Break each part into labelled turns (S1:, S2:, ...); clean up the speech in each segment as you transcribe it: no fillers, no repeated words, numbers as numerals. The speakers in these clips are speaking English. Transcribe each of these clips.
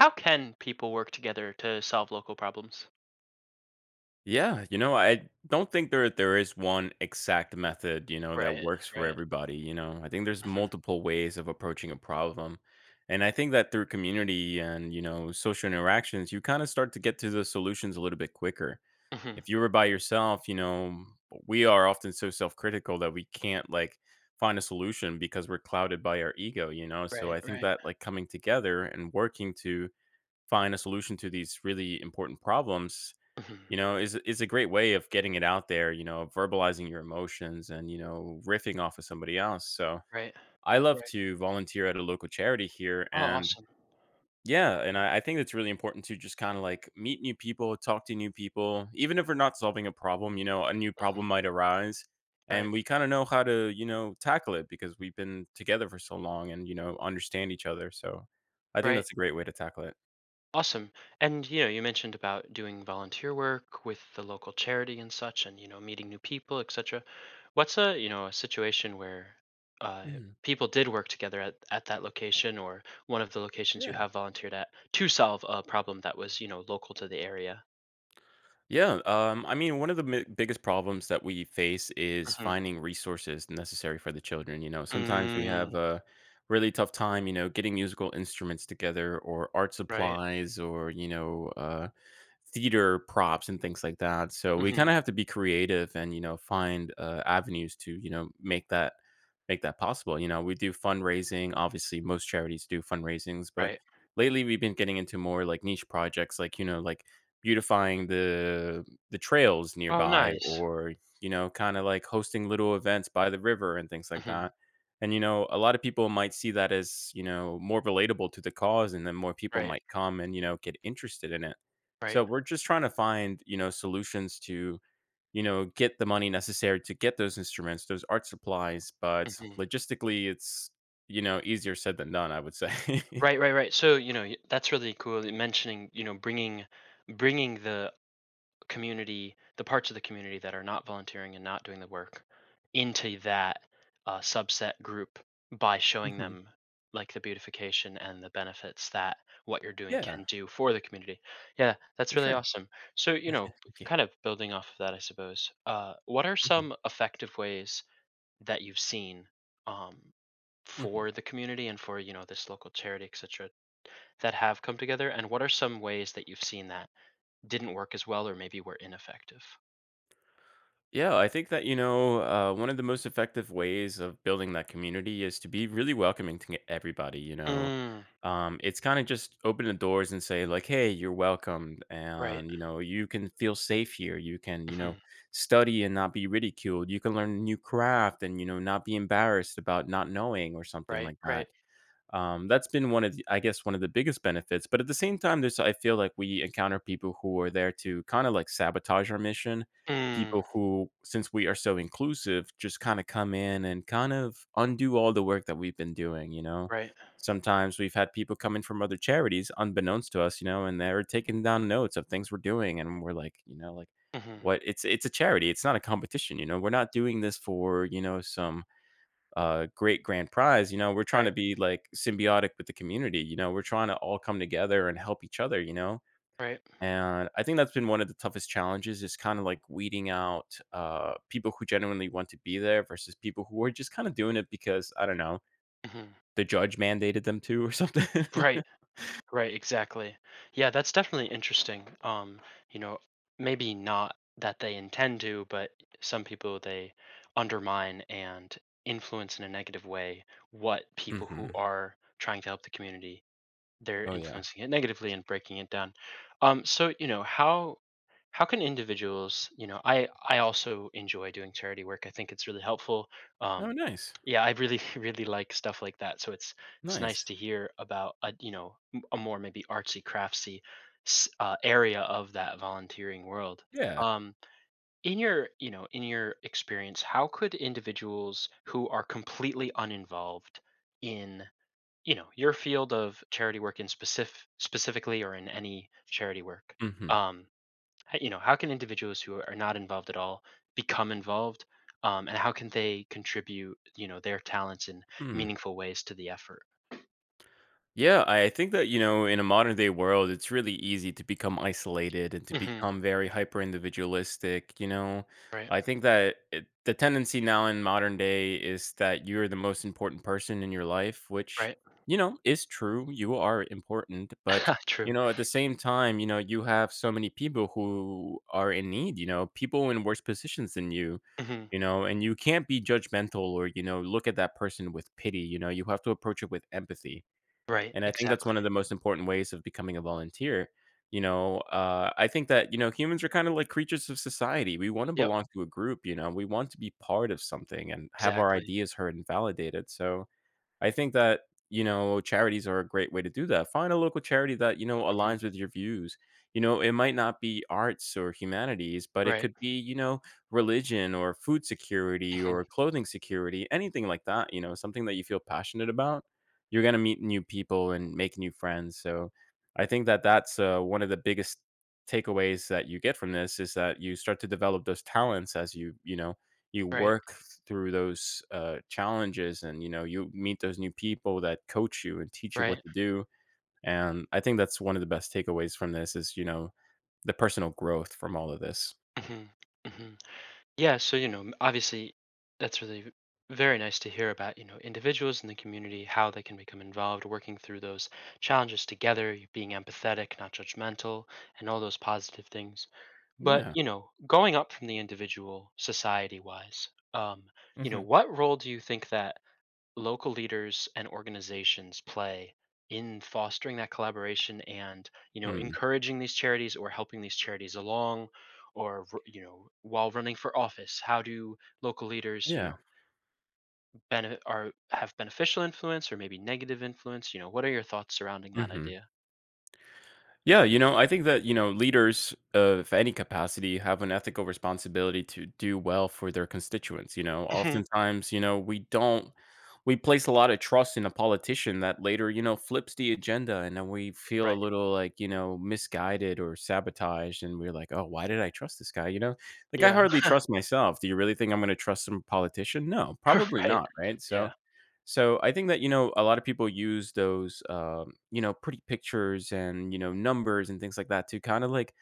S1: How can people work together to solve local problems?
S2: Yeah, I don't think there is one exact method, that
S1: Right,
S2: works for
S1: right.
S2: everybody. I think there's
S1: Mhm,
S2: multiple ways of approaching a problem. And I think that through community and social interactions, you kind of start to get to the solutions a little bit quicker.
S1: mhm.
S2: If you were by yourself, we are often so self-critical that we can't like find a solution because we're clouded by our ego. So
S1: Right,
S2: I think
S1: right.
S2: that like coming together and working to find a solution to these really important problems
S1: Mhm.
S2: you know is a great way of getting it out there, verbalizing your emotions and riffing off of somebody else, so
S1: Right,
S2: I love
S1: right.
S2: to volunteer at a local charity here,
S1: Oh,
S2: and
S1: awesome.
S2: yeah, and I think it's really important to just kind of like meet new people, talk to new people, even if we're not solving a problem, a new problem
S1: Mhm.
S2: might arise, and
S1: Right,
S2: we kind of know how to tackle it because we've been together for so long, and understand each other, so I think
S1: right.
S2: that's a great way to tackle it.
S1: Awesome. And, you know, you mentioned about doing volunteer work with the local charity and such and, you know, meeting new people, et cetera. What's a, a situation where uh,
S2: Mhm.
S1: people did work together at that location or one of the locations you
S2: Yeah,
S1: have volunteered at to solve a problem that was, you know, local to the area?
S2: yeah, I mean, one of the biggest problems that we face is
S1: Hmm.
S2: finding resources necessary for the children. Sometimes we have
S1: Mm,
S2: a really tough time, getting musical instruments together or art
S1: right.
S2: supplies or theater props and things like that. So we
S1: Mhm,
S2: kind of have to be creative and find avenues to make that possible. We do fundraising. Obviously, most charities do fundraisings, but
S1: right.
S2: lately we've been getting into more like niche projects, like like beautifying the trails
S1: Oh,
S2: nearby,
S1: nice.
S2: or kind of like hosting little events by the river and things like
S1: Mhm,
S2: that. And a lot of people might see that as more relatable to the cause, and then more people
S1: right,
S2: might come and get interested in it,
S1: right.
S2: so we're just trying to find, solutions to, get the money necessary to get those instruments, those art supplies, but
S1: Mhm.
S2: logistically it's easier said than done, I would say.
S1: Right, right, right. So, you know, y that's really cool that mentioning, you know, bringing bringing the community, the parts of the community that are not volunteering and not doing the work into that, subset group by showing
S2: Mhm.
S1: them, like, the beautification and the benefits that what you're doing
S2: Yeah,
S1: can do for the community. Yeah, that's
S2: for
S1: really
S2: sure.
S1: awesome. So, you know,
S2: Thank you.
S1: kind of building off of that, I suppose, what are some effective ways that you've seen, um,
S2: Mhm. Mhm.
S1: for the community and for, you know, this local charity, etc, that have come together, and what are some ways that you've seen that didn't work as well or maybe were ineffective?
S2: Yeah, I think that, one of the most effective ways of building that community is to be really welcoming to everybody.
S1: Mm,
S2: It's kind of just open the doors and say, like, hey, you're welcome.
S1: right.
S2: And, you can feel safe here. You can,
S1: Mhm,
S2: study and not be ridiculed. You can learn a new craft and not be embarrassed about not knowing or something
S1: right,
S2: like
S1: right.
S2: that. That's been one of the, I guess one of the biggest benefits. But at the same time, there's I feel like we encounter people who are there to kind of like sabotage our mission.
S1: Mm,
S2: People who, since we are so inclusive, just kind of come in and kind of undo all the work that we've been doing.
S1: right.
S2: Sometimes we've had people come in from other charities unbeknownst to us, and they're taking down notes of things we're doing. And we're like, like,
S1: Mhm,
S2: what, it's a charity. It's not a competition. We're not doing this for some great grand prize. We're trying
S1: right,
S2: to be like symbiotic with the community. We're trying to all come together and help each other.
S1: right.
S2: And I think that's been one of the toughest challenges is kind of like weeding out people who genuinely want to be there versus people who are just kind of doing it because, I don't know,
S1: Mhm,
S2: the judge mandated them to or something.
S1: right. Right, exactly. Yeah, that's definitely interesting. You know, maybe not that they intend to, but some people, they undermine and influence in a negative way what people who
S2: Hmm.
S1: are trying to help the community, they're
S2: Oh yeah.
S1: influencing it negatively and breaking it down. So you know how can individuals you know, I also enjoy doing charity work. I think it's really helpful.
S2: Oh
S1: Um,
S2: nice,
S1: yeah, I really really like stuff like that. So it's nice
S2: nice.
S1: to hear about a, you know, a more maybe artsy craftsy area of that volunteering world.
S2: Yeah.
S1: Um, in your, you know, in your experience, how could individuals who are completely uninvolved in, you know, your field of charity work in specifically or in any charity work,
S2: Mm-hmm.
S1: um you know, how can individuals who are not involved at all become involved, and how can they contribute, you know, their talents in
S2: Hmm. Mm.
S1: meaningful ways to the effort?
S2: Yeah, I think that, in a modern day world, it's really easy to become isolated and to
S1: Hmm.
S2: become very hyper individualistic. You know,
S1: Right,
S2: I think that it, the tendency now in modern day is that you're the most important person in your life, which,
S1: right.
S2: is true. You are important. But,
S1: True.
S2: at the same time, you have so many people who are in need, people in worse positions than you.
S1: Hmm.
S2: And you can't be judgmental or look at that person with pity. You have to approach it with empathy,
S1: Right,
S2: and I think that's
S1: exactly.
S2: one of the most important ways of becoming a volunteer. I think that, humans are kind of like creatures of society. We want to
S1: Yep,
S2: belong to a group. We want to be part of something and have our
S1: exactly.
S2: ideas heard and validated. So, I think that, charities are a great way to do that. Find a local charity that,
S1: Hmm.
S2: aligns with your views. It might not be arts or humanities, but it
S1: Right.
S2: could be, religion or food security or
S1: Hmm.
S2: clothing security, anything like that, something that you feel passionate about. You're going to meet new people and make new friends. So I think that that's one of the biggest takeaways that you get from this is that you start to develop those talents as you, you
S1: Right,
S2: work through those, challenges and you meet those new people that coach you and teach you
S1: right.
S2: what to do, and I think that's one of the best takeaways from this is, the personal growth from all of this.
S1: Hmm. Yeah, so you know, obviously, that's really very nice to hear about, you know, individuals in the community, how they can become involved, working through those challenges together, you being empathetic, not judgmental, and all those positive things. But,
S2: Yeah.
S1: you know, going up from the individual society-wise, you know,
S2: Mhm.
S1: what role do you think that local leaders and organizations play in fostering that collaboration and, you know,
S2: Mm.
S1: encouraging these charities or helping these charities along, or you know, while running for office, how do local leaders, you
S2: Yeah.
S1: know, benefit, are have beneficial influence or maybe negative influence? You know, what are your thoughts surrounding that
S2: Mhm.
S1: idea?
S2: Yeah, I think that, leaders of any capacity have an ethical responsibility to do well for their constituents. You know,
S1: Hmm.
S2: oftentimes, you know, we don't, we place a lot of trust in a politician that later, flips the agenda, and then we feel a
S1: Right.
S2: little like, misguided or sabotaged. And we're like, oh, why did I trust this guy? I
S1: Yeah.
S2: hardly trust myself. Do you really think I'm going to trust some politician? No, probably
S1: Right.
S2: not. Right. So,
S1: Yeah.
S2: so I think that, a lot of people use those pretty pictures and numbers and things like that to kind of like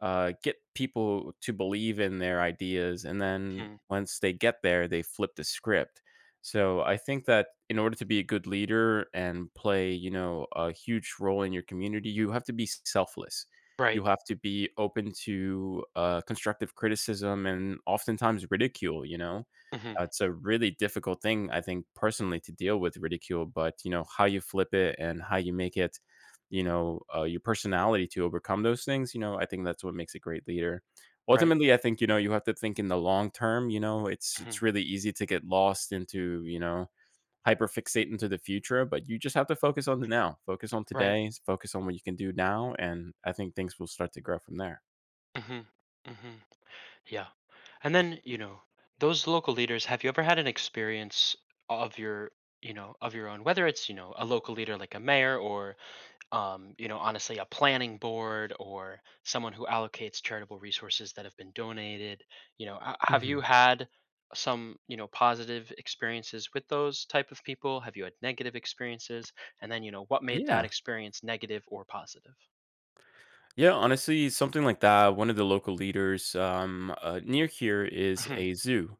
S2: get people to believe in their ideas. And then
S1: Mhm.
S2: once they get there, they flip the script. So I think that in order to be a good leader and play, a huge role in your community, you have to be selfless.
S1: Right.
S2: You have to be open to constructive criticism and oftentimes ridicule.
S1: Hmm.
S2: It's a really difficult thing, I think, personally, to deal with ridicule. But how you flip it and how you make it your personality to overcome those things, I think that's what makes a great leader.
S1: Right.
S2: Ultimately, I think, you have to think in the long term, it's
S1: Hmm.
S2: really easy to get lost into, hyper fixate into the future, but you just have to focus on the now. Focus on
S1: Right.
S2: today, focus on what you can do now, and I think things will start to grow from there.
S1: Hmm. Hmm. Yeah. And then, you know, those local leaders, have you ever had an experience of your, you know, of your own, whether it's, you know, a local leader like a mayor or, you know, honestly, a planning board or someone who allocates charitable resources that have been donated? You know, have you
S2: Hmm.
S1: had some, you know, positive experiences with those type of people? Have you had negative experiences? And then, you know, what made that
S2: Yeah.
S1: experience negative or positive?
S2: Yeah, honestly, something like that. One of the local leaders near here is
S1: Mhm.
S2: a zoo.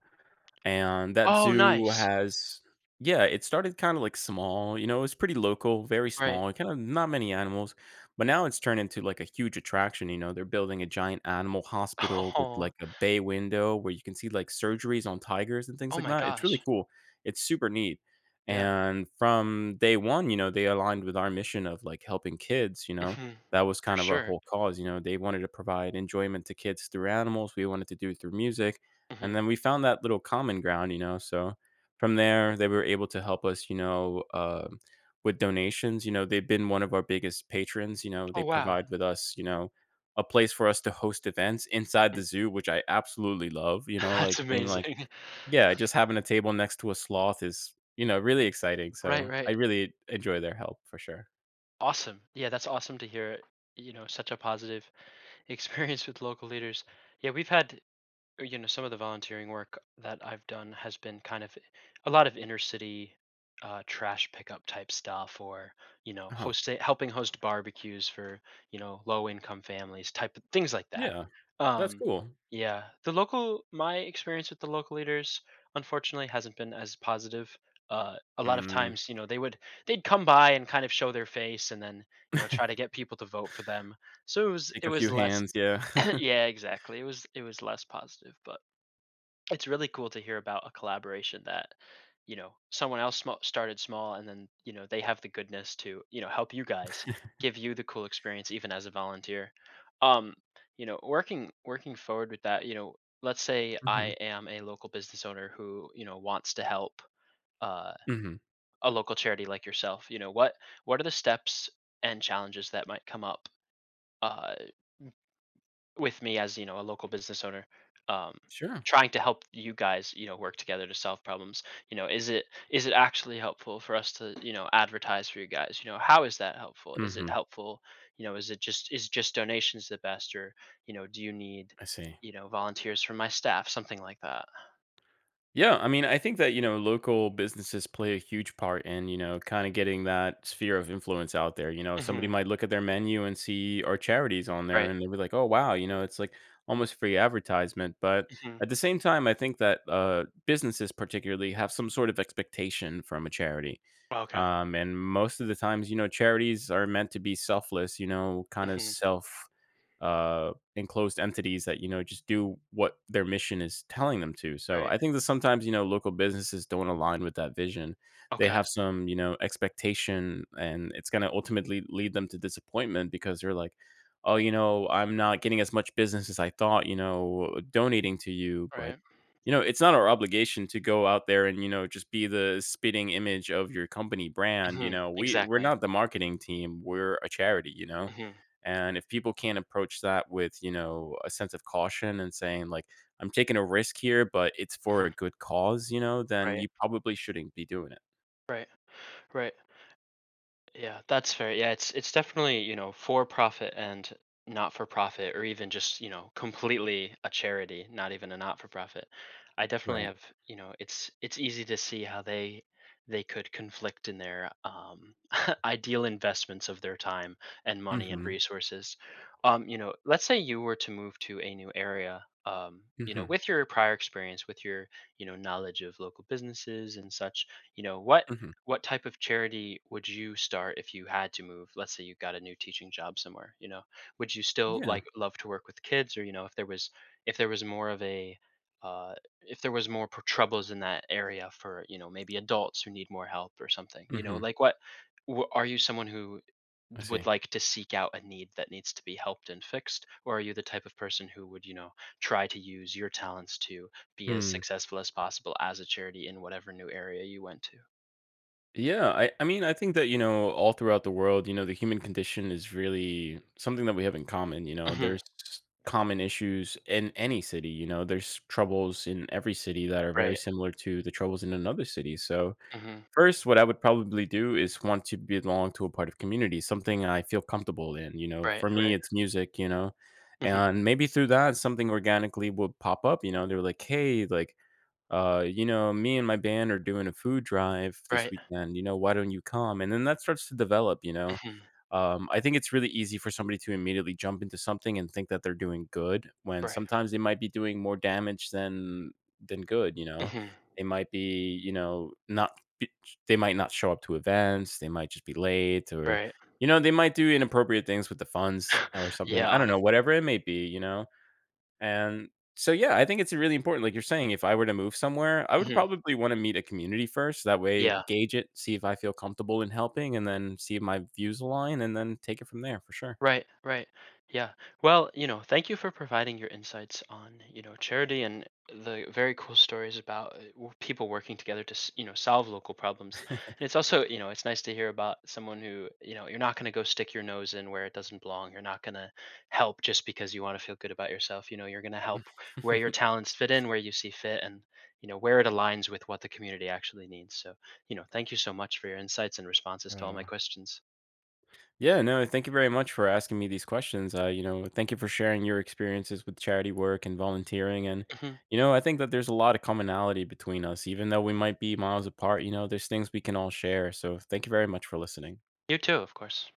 S2: And that
S1: Oh,
S2: zoo
S1: nice.
S2: has, yeah, it started kinda, like, small, it was pretty local, very
S1: Right.
S2: small, kinda not many animals, but now it's turned into, like, a huge attraction, they're building a giant animal hospital with,
S1: Oh,
S2: like, a bay window where you can see, like, surgeries on tigers and things
S1: oh
S2: like
S1: my
S2: that, it's really
S1: gosh.
S2: cool, it's super neat,
S1: Yeah.
S2: and from day one, they aligned with our mission of, like, helping kids.
S1: Mhm.
S2: That was
S1: For
S2: kind of our
S1: sure.
S2: whole cause. They wanted to provide enjoyment to kids through animals, we wanted to do it through music. And
S1: Mhm.
S2: then we found that little common ground. So from there, they were able to help us, with donations. They've been one of our biggest patrons. You know,
S1: Oh,
S2: they
S1: wow.
S2: provide with us, a place for us to host events inside the
S1: Mm.
S2: zoo, which I absolutely love.
S1: That's
S2: Like being like,
S1: amazing.
S2: yeah, just having a table next to a sloth is, really exciting.
S1: Right,
S2: So I
S1: right.
S2: really enjoy their help for sure.
S1: Awesome. Yeah, that's awesome to hear, you know, such a positive experience with local leaders. Yeah, we've had, you know, some of the volunteering work that I've done has been kind of a lot of inner city trash pickup type stuff, or, you know,
S2: Uh-huh.
S1: host helping host barbecues for, you know, low income families, type of things like that.
S2: Yeah, that's
S1: Um,
S2: cool.
S1: yeah, the local my experience with the local leaders unfortunately hasn't been as positive. A lot of
S2: Mm,
S1: times, you know, they'd come by and kind of show their face, and then, you know, try to get people to vote for them. So
S2: shake
S1: it
S2: a
S1: was
S2: few
S1: less
S2: hands. Yeah.
S1: yeah, exactly. It was less positive, but it's really cool to hear about a collaboration that, you know, someone else sma started small, and then, you know, they have the goodness to, you know, help you guys, give you the cool experience even as a volunteer. Um, you know, working forward with that, you know, let's say I
S2: Hmm.
S1: am a local business owner who, you know, wants to help, uh,
S2: Hmm.
S1: a local charity like yourself. You know, what are the steps and challenges that might come up? Uh, with me as, you know, a local business owner, um
S2: Sure.
S1: trying to help you guys, you know, work together to solve problems. You know, is it actually helpful for us to, you know, advertise for you guys? You know, how is that helpful? Is it
S2: Hmm.
S1: helpful? You know, is just donations the best, or, you know, do you need,
S2: I see.
S1: you know, volunteers from my staff, something like that?
S2: Yeah, I mean, I think that, local businesses play a huge part in, kind of getting that sphere of influence out there. You know, somebody
S1: Hmm.
S2: might look at their menu and see our charities on there
S1: Right.
S2: and they'll be like, oh, wow, you know, it's like almost free advertisement. But
S1: Hmm.
S2: at the same time, I think that businesses particularly have some sort of expectation from a charity.
S1: Okay.
S2: And most of the times, you know, charities are meant to be selfless, you know, kind of
S1: Hmm.
S2: self enclosed entities that you know just do what their mission is telling them to. So
S1: Right.
S2: I think that sometimes you know local businesses don't align with that vision. They
S1: Okay.
S2: have some you know expectation, and it's going to ultimately lead them to disappointment because they're like, oh, you know, I'm not getting as much business as I thought. You know, donating to you, but
S1: Right.
S2: you know it's not our obligation to go out there and you know just be the spitting image of your company brand, you
S1: Hmm.
S2: know, we're
S1: Exactly.
S2: not the marketing team, we're a charity, you know.
S1: Hmm.
S2: And if people can't approach that with, you know, a sense of caution and saying, like, I'm taking a risk here, but it's for a
S1: Hmm.
S2: good cause, you know, then
S1: Right,
S2: you probably shouldn't be doing it.
S1: right, right. Yeah, that's fair. Yeah, it's definitely, you know, for profit and not for profit, or even just, you know, completely a charity, not even a not for profit. I definitely
S2: Right.
S1: have, you know, it's easy to see how they could conflict in their ideal investments of their time and money and
S2: Mhm.
S1: resources. You know, let's say you were to move to a new area, you know,
S2: Mhm.
S1: with your prior experience, with your, you know, knowledge of local businesses and such, you know,
S2: Mhm.
S1: what type of charity would you start if you had to move? Let's say you got a new teaching job somewhere, you know. Would you still
S2: Yeah.
S1: like love to work with kids, or, you know, if there was more of a uh, if there was more troubles in that area for, you know, maybe adults who need more help or something? You know,
S2: Mhm.
S1: like, what, are you someone who
S2: I
S1: would
S2: see.
S1: like to seek out a need that needs to be helped and fixed, or are you the type of person who would, you know, try to use your talents to be as
S2: Hmm.
S1: successful as possible as a charity in whatever new area you went to?
S2: Yeah, I mean, I think that, you know, all throughout the world, you know, the human condition is really something that we have in common. You know,
S1: Mhm.
S2: there's common issues in any city. You know, there's troubles in every city that are very
S1: Right.
S2: similar to the troubles in another city. So,
S1: Mhm.
S2: first, what I would probably do is want to belong to a part of community, something I feel comfortable in, you know?
S1: Right,
S2: For me,
S1: right.
S2: it's music, you know?
S1: Mhm.
S2: And maybe through that, something organically will pop up, you know? They're like, "Hey," like, you know, me and my band are doing a food drive this
S1: Right.
S2: weekend. You know, why don't you come? And then that starts to develop, you know.
S1: Mhm.
S2: I think it's really easy for somebody to immediately jump into something and think that they're doing good when
S1: Right.
S2: sometimes they might be doing more damage than good, you know.
S1: Mhm.
S2: They might be, you know, not be- they might not show up to events, they might just be late or
S1: Right.
S2: you know, they might do inappropriate things with the funds or something.
S1: Yeah,
S2: I don't know,
S1: honestly.
S2: whatever it may be, you know, and so, yeah, I think it's really important. Like you're saying, if I were to move somewhere, I would
S1: Mhm.
S2: probably want to meet a community first. That way,
S1: Yeah.
S2: gauge it, see if I feel comfortable in helping, and then see if my views align, and then take it from there for sure.
S1: Right, right. Yeah. Well, you know, thank you for providing your insights on, you know, charity and the very cool stories about people working together to, you know, solve local problems. And it's also, you know, it's nice to hear about someone who, you know, you're not going to go stick your nose in where it doesn't belong. You're not going to help just because you want to feel good about yourself. You know, you're going to help where your talents fit in, where you see fit, and, you know, where it aligns with what the community actually needs. So, you know, thank you so much for your insights and responses
S2: Oh,
S1: to all my
S2: wow.
S1: questions.
S2: Yeah, no, thank you very much for asking me these questions. You know, thank you for sharing your experiences with charity work and volunteering. And,
S1: Hmm.
S2: you know, I think that there's a lot of commonality between us, even though we might be miles apart, you know, there's things we can all share. So thank you very much for listening.
S1: You too, of course.